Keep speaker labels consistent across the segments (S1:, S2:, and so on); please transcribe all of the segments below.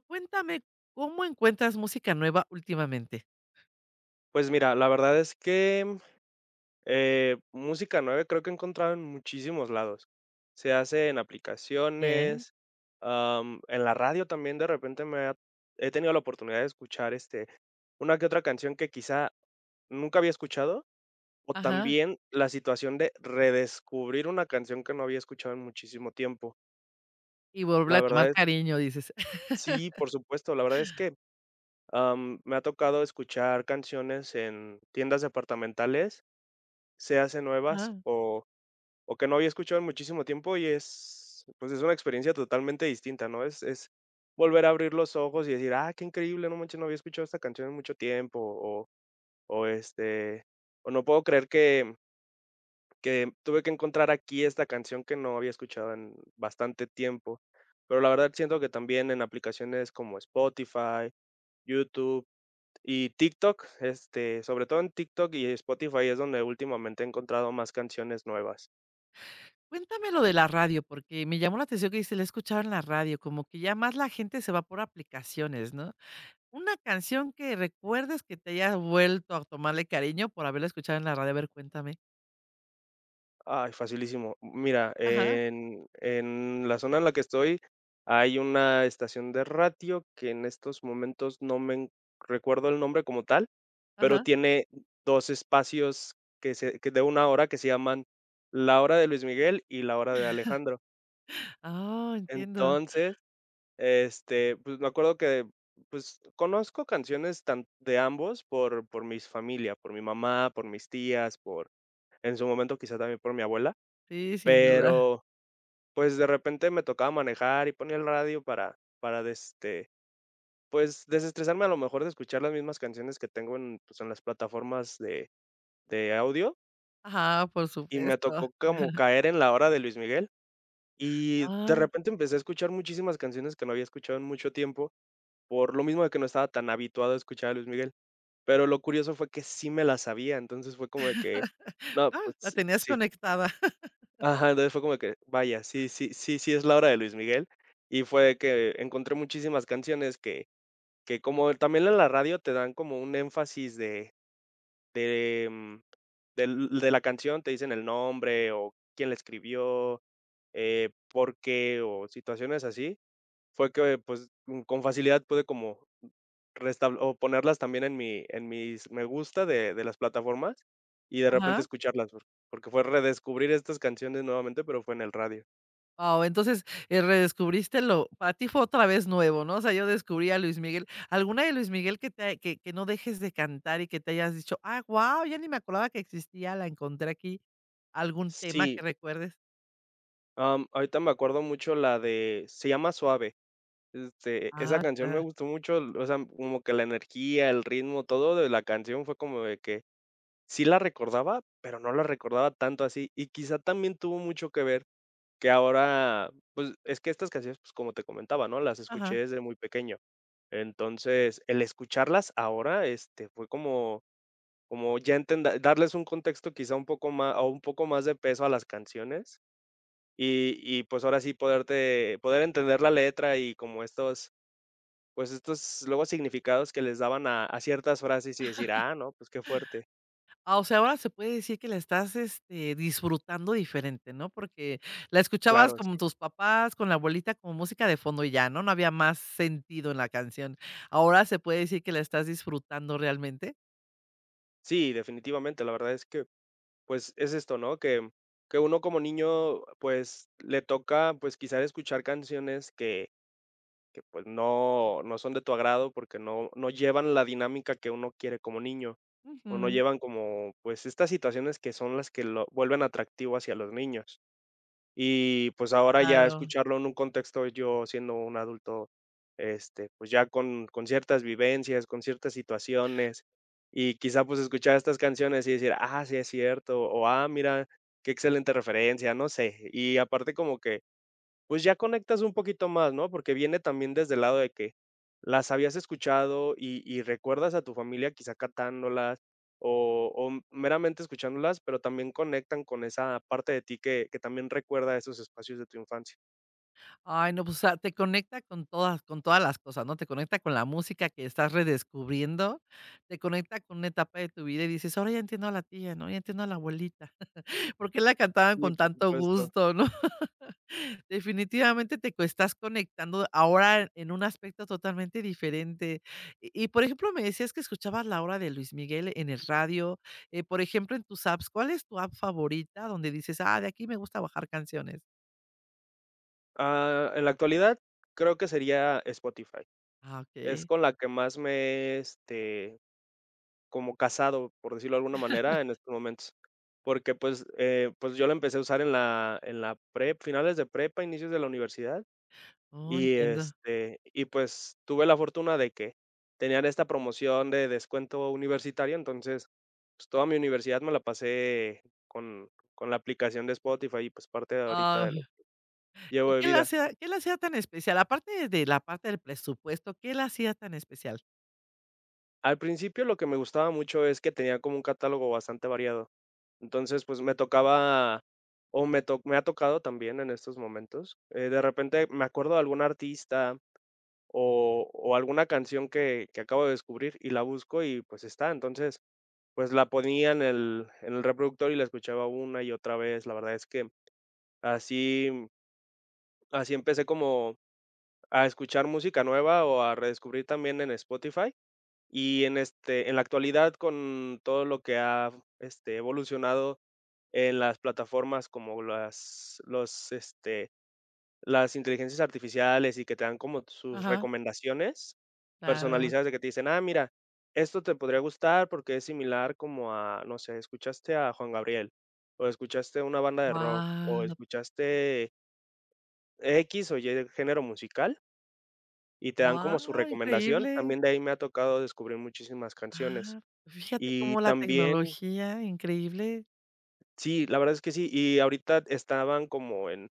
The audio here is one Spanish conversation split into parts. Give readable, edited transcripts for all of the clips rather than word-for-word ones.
S1: Cuéntame, ¿cómo encuentras música nueva últimamente?
S2: Pues mira, la verdad es que, música nueva creo que he encontrado en muchísimos lados. Se hace en
S1: Bien,
S2: aplicaciones, en la radio también de repente me ha he tenido la oportunidad de escuchar, una que otra canción que quizá nunca había escuchado, o
S1: ajá.
S2: también la situación de redescubrir una canción que no había escuchado en muchísimo tiempo.
S1: Y volver
S2: La
S1: a
S2: verdad
S1: tomar
S2: es
S1: cariño, dices.
S2: Sí, por supuesto, la verdad es que, me ha tocado escuchar canciones en tiendas departamentales. Se hacen nuevas
S1: Ajá.
S2: o que no había escuchado en muchísimo tiempo, y es, pues, es una experiencia totalmente distinta, ¿no? Es volver a abrir los ojos y decir: "Ah, qué increíble, no manches, no había escuchado esta canción en mucho tiempo", o, este, o no puedo creer que tuve que encontrar aquí esta canción que no había escuchado en bastante tiempo. Pero la verdad siento que también en aplicaciones como Spotify, YouTube y TikTok, sobre todo en TikTok y Spotify es donde últimamente he encontrado más canciones nuevas.
S1: Cuéntame lo de la radio, porque me llamó la atención que dices, la he escuchado en la radio, como que ya más la gente se va por aplicaciones, ¿no? Una canción que recuerdes que te hayas vuelto a tomarle cariño por haberla escuchado en la radio, a ver, cuéntame.
S2: Ay, facilísimo. Mira,
S1: Ajá,
S2: en la zona en la que estoy hay una estación de radio que en estos momentos no me en recuerdo el nombre como tal, pero
S1: ajá.
S2: tiene 2 espacios que de una hora que se llaman La Hora de Luis Miguel y La Hora de Alejandro.
S1: Ah, entiendo.
S2: Entonces, pues, me acuerdo que, pues, conozco canciones tan de ambos por mis familia, por mi mamá, por mis tías, por en su momento quizá también por mi abuela,
S1: Sí, sin duda.
S2: pero pues, de repente me tocaba manejar y ponía el radio para pues, desestresarme a lo mejor de escuchar las mismas canciones que tengo en, pues, en las plataformas de audio,
S1: Ajá, por
S2: y me
S1: supuesto.
S2: tocó como caer en la hora de Luis Miguel, y de
S1: Ah,
S2: repente empecé a escuchar muchísimas canciones que no había escuchado en mucho tiempo, por lo mismo de que no estaba tan habituado a escuchar a Luis Miguel, pero lo curioso fue que sí me las sabía, entonces fue como de que, no,
S1: ah, la
S2: pues
S1: tenías
S2: sí.
S1: conectada.
S2: Ajá, entonces fue como que, vaya, sí, sí, sí, sí es la hora de Luis Miguel. Y fue que encontré muchísimas canciones que como también en la radio te dan como un énfasis de, mm, del de la canción, te dicen el nombre o quién la escribió, por qué o situaciones así. Fue que, pues, con facilidad pude como restab o ponerlas también en mis me gusta de las plataformas, y de repente
S1: Ajá.
S2: escucharlas, porque fue redescubrir estas canciones nuevamente, pero fue en el radio.
S1: Wao, entonces, redescubriste lo para ti fue otra vez nuevo, ¿no? O sea, yo descubrí a Luis Miguel. ¿Alguna de Luis Miguel que te que no dejes de cantar y que te hayas dicho: "Ah, wow, ya ni me acordaba que existía, la encontré aquí"? ¿Algún tema
S2: Sí,
S1: que recuerdes?
S2: ahorita me acuerdo mucho la de se llama Suave, esa
S1: Ah,
S2: canción me
S1: ya.
S2: gustó mucho, o sea, como que la energía, el ritmo, todo de la canción fue como de que sí la recordaba, pero no la recordaba tanto así, y quizá también tuvo mucho que ver. Que ahora, pues, es que estas canciones, pues, como te comentaba, ¿no? Las escuché
S1: Ajá.
S2: desde muy pequeño. Entonces, el escucharlas ahora, fue como como ya entender darles un contexto quizá un poco más o un poco más de peso a las canciones, y, pues, ahora sí poder entender la letra y como estos, pues, estos luego significados que les daban a ciertas frases y decir: "Ah, no, pues, qué fuerte".
S1: Ah, o sea, ahora se puede decir que la estás, este, disfrutando diferente, ¿no? Porque la escuchabas
S2: Claro,
S1: como
S2: sí.
S1: tus papás, con la abuelita, como música de fondo y ya, ¿no? No había más sentido en la canción. ¿Ahora se puede decir que la estás disfrutando realmente?
S2: Sí, definitivamente, la verdad es que. Pues es esto, ¿no? Que uno como niño, pues le toca, pues quizás escuchar canciones que pues no son de tu agrado porque no llevan la dinámica que uno quiere como niño, o no
S1: Ujú,
S2: llevan como, pues estas situaciones que son las que lo vuelven atractivo hacia los niños. Y, pues, ahora ya
S1: claro.
S2: escucharlo en un contexto, yo siendo un adulto, pues, ya con ciertas vivencias, con ciertas situaciones, y quizá, pues, escuchar estas canciones y decir: "Ah, sí es cierto", o: "Ah, mira, qué excelente referencia", no sé. Y aparte como que pues ya conectas un poquito más, ¿no? Porque viene también desde el lado de que las habías escuchado y recuerdas a tu familia quizá cantándolas o meramente escuchándolas, pero también conectan con esa parte de ti que también recuerda esos espacios de tu infancia.
S1: Ay, no, pues, o sea, te conecta con todas las cosas, ¿no? Te conecta con la música que estás redescubriendo, te conecta con una etapa de tu vida y dices: "Ahora ya entiendo a la tía, ¿no? Ya entiendo a la abuelita, por qué la cantaban
S2: Sí,
S1: con
S2: por
S1: tanto
S2: supuesto.
S1: gusto", ¿no? Definitivamente te co estás conectando ahora en un aspecto totalmente diferente. Y, por ejemplo, me decías que escuchabas la hora de Luis Miguel en el radio, por ejemplo, en tus apps, ¿cuál es tu app favorita donde dices: "Ah, de aquí me gusta bajar canciones"?
S2: Ah, en la actualidad creo que sería Spotify.
S1: Ah,
S2: Es
S1: okey.
S2: con la que más he, este, como casado, por decirlo de alguna manera, en estos momentos. Porque, pues, pues, yo la empecé a usar finales de prepa, inicios de la universidad,
S1: Oh,
S2: y,
S1: entiendo.
S2: y pues, tuve la fortuna de que tenían esta promoción de descuento universitario, entonces, pues, toda mi universidad me la pasé con con la aplicación de Spotify y, pues, parte de ahorita
S1: Ah.
S2: de lo que llevo
S1: ¿Y
S2: de vida.
S1: qué la hacía tan especial? Aparte de la parte del presupuesto, ¿qué la hacía tan especial?
S2: Al principio lo que me gustaba mucho es que tenía como un catálogo bastante variado. Entonces, pues me tocaba, me ha tocado también en estos momentos. De repente me acuerdo de algún artista o alguna canción que acabo de descubrir y la busco y pues está. Entonces, pues la ponía en el reproductor y la escuchaba una y otra vez. La verdad es que así, así empecé como a escuchar música nueva o a redescubrir también en Spotify y en, en la actualidad, con todo lo que ha, evolucionado en las plataformas como las inteligencias artificiales y que te dan como sus
S1: Ajá,
S2: recomendaciones
S1: claro.
S2: personalizadas de que te dicen: "Ah, mira, esto te podría gustar porque es similar como a, no sé, escuchaste a Juan Gabriel, o escuchaste una banda de rock, o
S1: Guau,
S2: escuchaste X o Y género musical", y te dan como su
S1: guau,
S2: recomendación.
S1: increíble.
S2: También de ahí me ha tocado descubrir muchísimas canciones.
S1: Ah, fíjate
S2: Y
S1: cómo la
S2: también
S1: tecnología, increíble.
S2: sí, la verdad es que sí, y ahorita estaban como en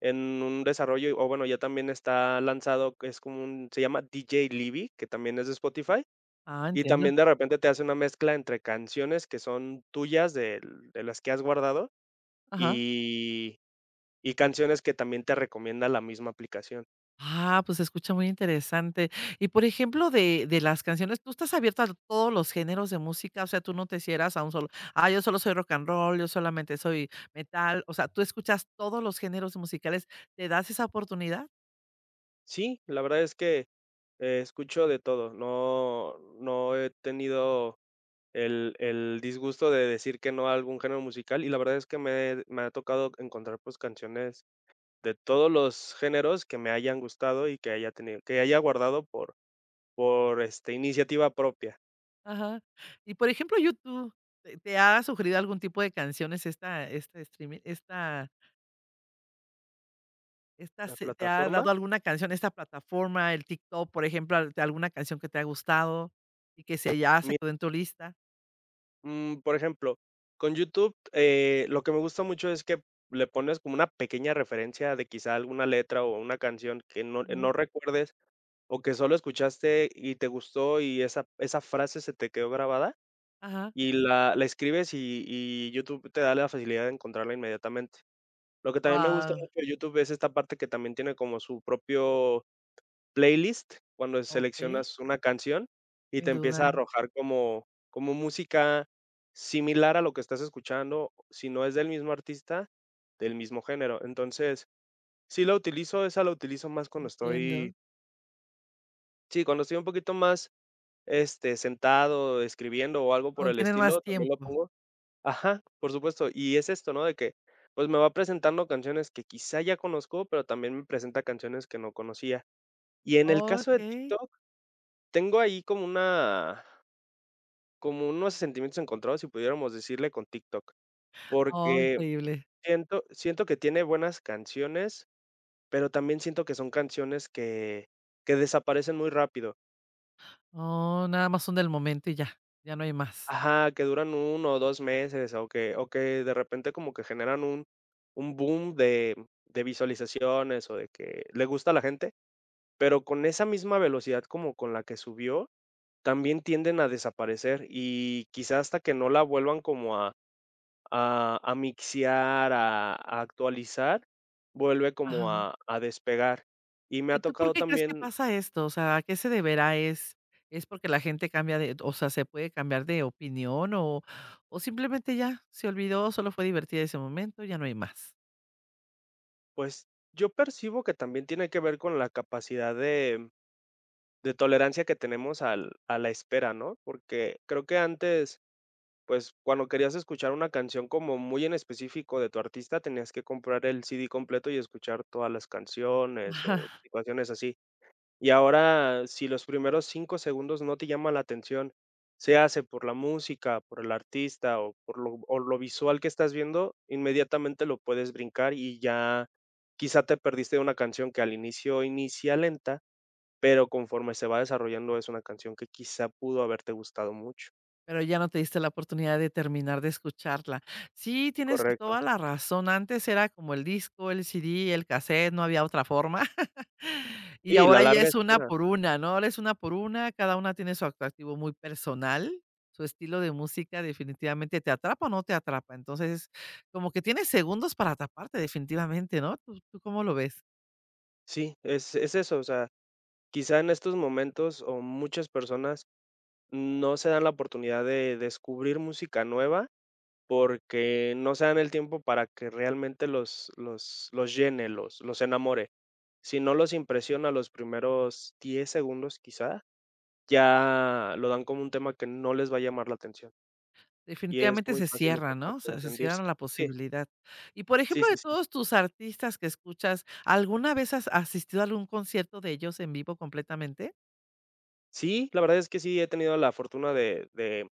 S2: en un desarrollo, o bueno, ya también está lanzado, que es como un se llama DJ Libby, que también es de Spotify,
S1: Ah,
S2: y
S1: entiendo.
S2: también de repente te hace una mezcla entre canciones que son tuyas del de las que has guardado
S1: Ajá.
S2: y y canciones que también te recomienda la misma aplicación.
S1: Ah, pues se escucha muy interesante. Y, por ejemplo, de las canciones, ¿tú estás abierta a todos los géneros de música? O sea, tú no te cierras a un solo, ah, yo solo soy rock and roll, yo solamente soy metal, o sea, ¿tú escuchas todos los géneros musicales? ¿Te das esa oportunidad?
S2: Sí, la verdad es que escucho de todo, no he tenido el disgusto de decir que no a algún género musical, y la verdad es que me ha tocado encontrar, pues, canciones de todos los géneros que me hayan gustado y que haya guardado por iniciativa propia.
S1: Ajá. Y, por ejemplo, YouTube, ¿te te ha sugerido algún tipo de canciones esta streaming, esta
S2: La
S1: se te ha
S2: plataforma,
S1: dado alguna canción, esta plataforma, el TikTok, por ejemplo, al de alguna canción que te ha gustado y que se ya se
S2: mi
S1: quedó en tu lista?
S2: mm, Por ejemplo, con YouTube, lo que me gusta mucho es que le pones como una pequeña referencia de quizá alguna letra o una canción que no eh,
S1: Ujú.
S2: no recuerdes o que solo escuchaste y te gustó y esa frase se te quedó grabada.
S1: Ajá.
S2: Y la escribes y YouTube te da la facilidad de encontrarla inmediatamente. Lo que también me gusta
S1: Wow.
S2: mucho de YouTube es esta parte que también tiene como su propio playlist, cuando
S1: Okey,
S2: seleccionas una canción y te
S1: sin duda,
S2: empieza a arrojar como música similar a lo que estás escuchando, si no es del mismo artista, del mismo género. Entonces, sí la utilizo, esa la utilizo más cuando
S1: entiendo.
S2: estoy sí, cuando estoy un poquito más, sentado, escribiendo o algo por
S1: Cuando
S2: el
S1: tienes más
S2: estilo, también lo
S1: tiempo.
S2: pongo. Ajá, por supuesto. Y es esto, ¿no? De que, pues, me va presentando canciones que quizá ya conozco, pero también me presenta canciones que no conocía. Y en el caso de
S1: Okey.
S2: TikTok, tengo ahí como unos sentimientos encontrados, si pudiéramos decirle, con TikTok,
S1: Oh,
S2: porque
S1: increíble.
S2: siento que tiene buenas canciones, pero también siento que son canciones que desaparecen muy rápido.
S1: Oh, nada más son del momento y ya, ya no hay más.
S2: Ajá, que duran 1 o 2 meses, o que de repente como que generan un boom de visualizaciones, o de que le gusta a la gente, pero con esa misma velocidad como con la que subió, también tienden a desaparecer, y quizás hasta que no la vuelvan como a mixear, a actualizar, vuelve como
S1: Ajá.
S2: a despegar. Y
S1: ¿Y
S2: me ha
S1: y tú por
S2: tocado
S1: qué crees que
S2: también,
S1: pasa esto? O sea, ¿a qué se deberá? Es porque la gente cambia de, o sea, se puede cambiar de opinión o simplemente ya se olvidó, solo fue divertida ese momento, ya no hay más?
S2: pues, yo percibo que también tiene que ver con la capacidad de tolerancia que tenemos al a la espera, ¿no? Porque creo que antes, pues, cuando querías escuchar una canción como muy en específico de tu artista, tenías que comprar el CD completo y escuchar todas las canciones o situaciones así. Y ahora, si los primeros 5 segundos no te llama la atención, se hace por la música, por el artista o por lo o lo visual que estás viendo, inmediatamente lo puedes brincar y ya quizá te perdiste de una canción que al inicio inicia lenta, pero conforme se va desarrollando, es una canción que quizá pudo haberte gustado mucho.
S1: Pero ya no te diste la oportunidad de terminar de escucharla. Sí, tienes
S2: Correcto.
S1: toda la razón. Antes era como el disco, el CD, el cassette, no había otra forma. Y
S2: Y la
S1: ahora ya
S2: larga
S1: es una
S2: espera.
S1: por una, ¿no? Ahora es una por una, cada una tiene su atractivo muy personal, su estilo de música definitivamente te atrapa o no te atrapa. Entonces, como que tienes segundos para atraparte definitivamente, ¿no? ¿Tú, tú cómo lo ves?
S2: Sí, es eso, o sea, quizá en estos momentos, o muchas personas no se dan la oportunidad de descubrir música nueva, porque no se dan el tiempo para que realmente los llene, los enamore. Si no los impresiona los primeros 10 segundos, quizá, ya lo dan como un tema que no les va a llamar la atención, y es
S1: Definitivamente
S2: muy
S1: se
S2: fácil
S1: cierra,
S2: esta
S1: ¿no?
S2: parte de
S1: Se cierran
S2: rendirse.
S1: a la
S2: Sí.
S1: posibilidad. Y, por
S2: Sí,
S1: ejemplo,
S2: sí,
S1: de
S2: sí.
S1: todos tus artistas que escuchas, ¿alguna vez has asistido a algún concierto de ellos en vivo completamente?
S2: Sí, la verdad es que sí he tenido la fortuna de de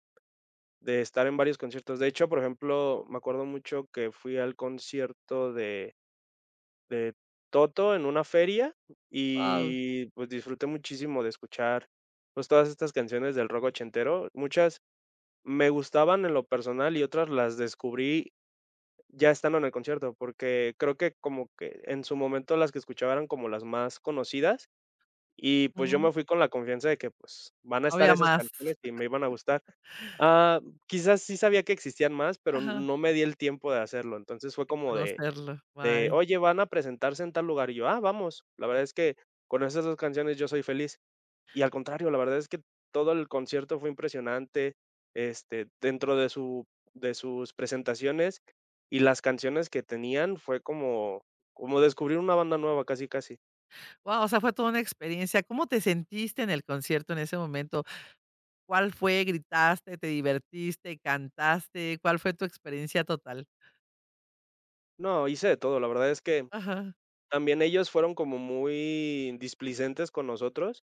S2: de estar en varios conciertos. De hecho, por ejemplo, me acuerdo mucho que fui al concierto de Toto en una feria
S1: Wow.
S2: y, pues, disfruté muchísimo de escuchar, pues, todas estas canciones del rock ochentero. Muchas me gustaban en lo personal y otras las descubrí ya estando en el concierto, porque creo que como que en su momento las que escuchaba eran como las más conocidas. Y, pues, yo
S1: Mm,
S2: me fui con la confianza de que, pues, van a
S1: no
S2: estar
S1: había
S2: esas
S1: más.
S2: canciones y me iban a gustar. Ah, quizás sí sabía que existían más, pero
S1: Ajá,
S2: no me di el tiempo de hacerlo. Entonces, fue
S1: de
S2: como de
S1: conocerlo,
S2: de:
S1: guay.
S2: "Oye, van a presentarse en tal lugar", y yo: "Ah, vamos". La verdad es que con esas 2 canciones yo soy feliz. Y al contrario, la verdad es que todo el concierto fue impresionante, dentro de sus presentaciones y las canciones que tenían fue como descubrir una banda nueva casi, casi.
S1: Guau, o sea, fue toda una experiencia. ¿Cómo te sentiste en el concierto en ese momento? ¿Cuál fue? ¿Gritaste? ¿Te divertiste? ¿Cantaste? ¿Cuál fue tu experiencia total?
S2: No, hice de todo, la verdad es que.
S1: Ajá.
S2: También ellos fueron como muy displicentes con nosotros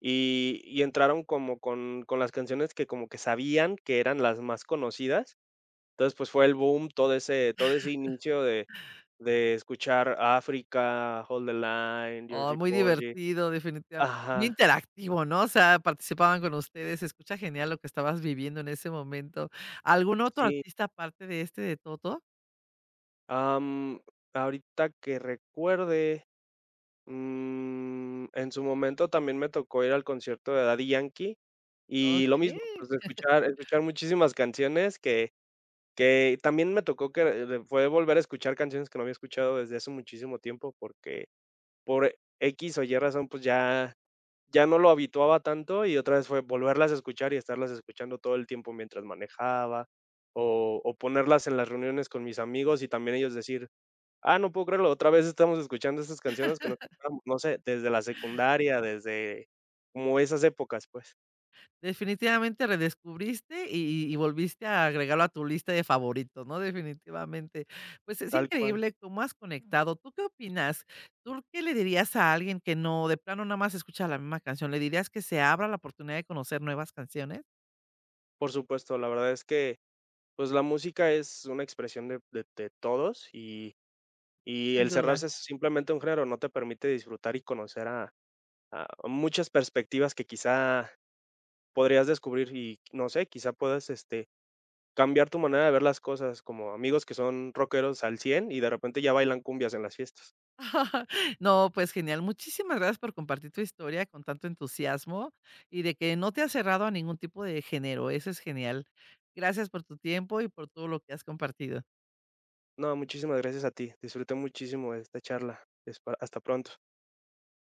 S2: y entraron como con las canciones que como que sabían que eran las más conocidas. Entonces, pues, fue el boom todo ese inicio de escuchar África, Hold the Line,
S1: Oh,
S2: Georgie
S1: muy
S2: Porgy.
S1: divertido, definitivamente muy
S2: Ajá,
S1: interactivo, ¿no? O sea, participaban con ustedes, se escucha genial lo que estabas viviendo en ese momento. ¿Algún otro
S2: sí.
S1: artista aparte de este de Toto?
S2: Am, Ahorita que recuerde, en su momento también me tocó ir al concierto de Daddy Yankee y lo
S1: Okey.
S2: mismo, pues, escuchar muchísimas canciones que. Que también me tocó que, fue volver a escuchar canciones que no había escuchado desde hace muchísimo tiempo, porque por e, X o Y razón, pues ya no lo habituaba tanto y otra vez fue volverlas a escuchar y estarlas escuchando todo el tiempo mientras manejaba, o ponerlas en las reuniones con mis amigos y también ellos decir: "Ah, no puedo creerlo, otra vez estamos escuchando estas canciones que no escuchábamos", no sé, desde la secundaria, desde como esas épocas, pues,
S1: Definitivamente redescubriste y volviste a agregarlo a tu lista de favoritos, ¿no? Definitivamente. Pues, es
S2: tal cual.
S1: increíble cómo has conectado. ¿Tú qué opinas? ¿Tú qué le dirías a alguien que no, de plano nada más escucha la misma canción? ¿Le dirías que se abra la oportunidad de conocer nuevas canciones?
S2: Por supuesto, la verdad es que. Pues la música es una expresión de todos y
S1: Sin
S2: el
S1: duda.
S2: cerrarse es simplemente un género, no te permite disfrutar y conocer a muchas perspectivas que quizá podrías descubrir y, no sé, quizá puedas, cambiar tu manera de ver las cosas, como amigos que son rockeros al 100 y de repente ya bailan cumbias en las fiestas.
S1: No, pues genial. Muchísimas gracias por compartir tu historia con tanto entusiasmo y de que no te has cerrado a ningún tipo de género. Eso es genial. Gracias por tu tiempo y por todo lo que has compartido.
S2: No, muchísimas gracias a ti. Disfruté muchísimo de esta charla. Espa Hasta pronto.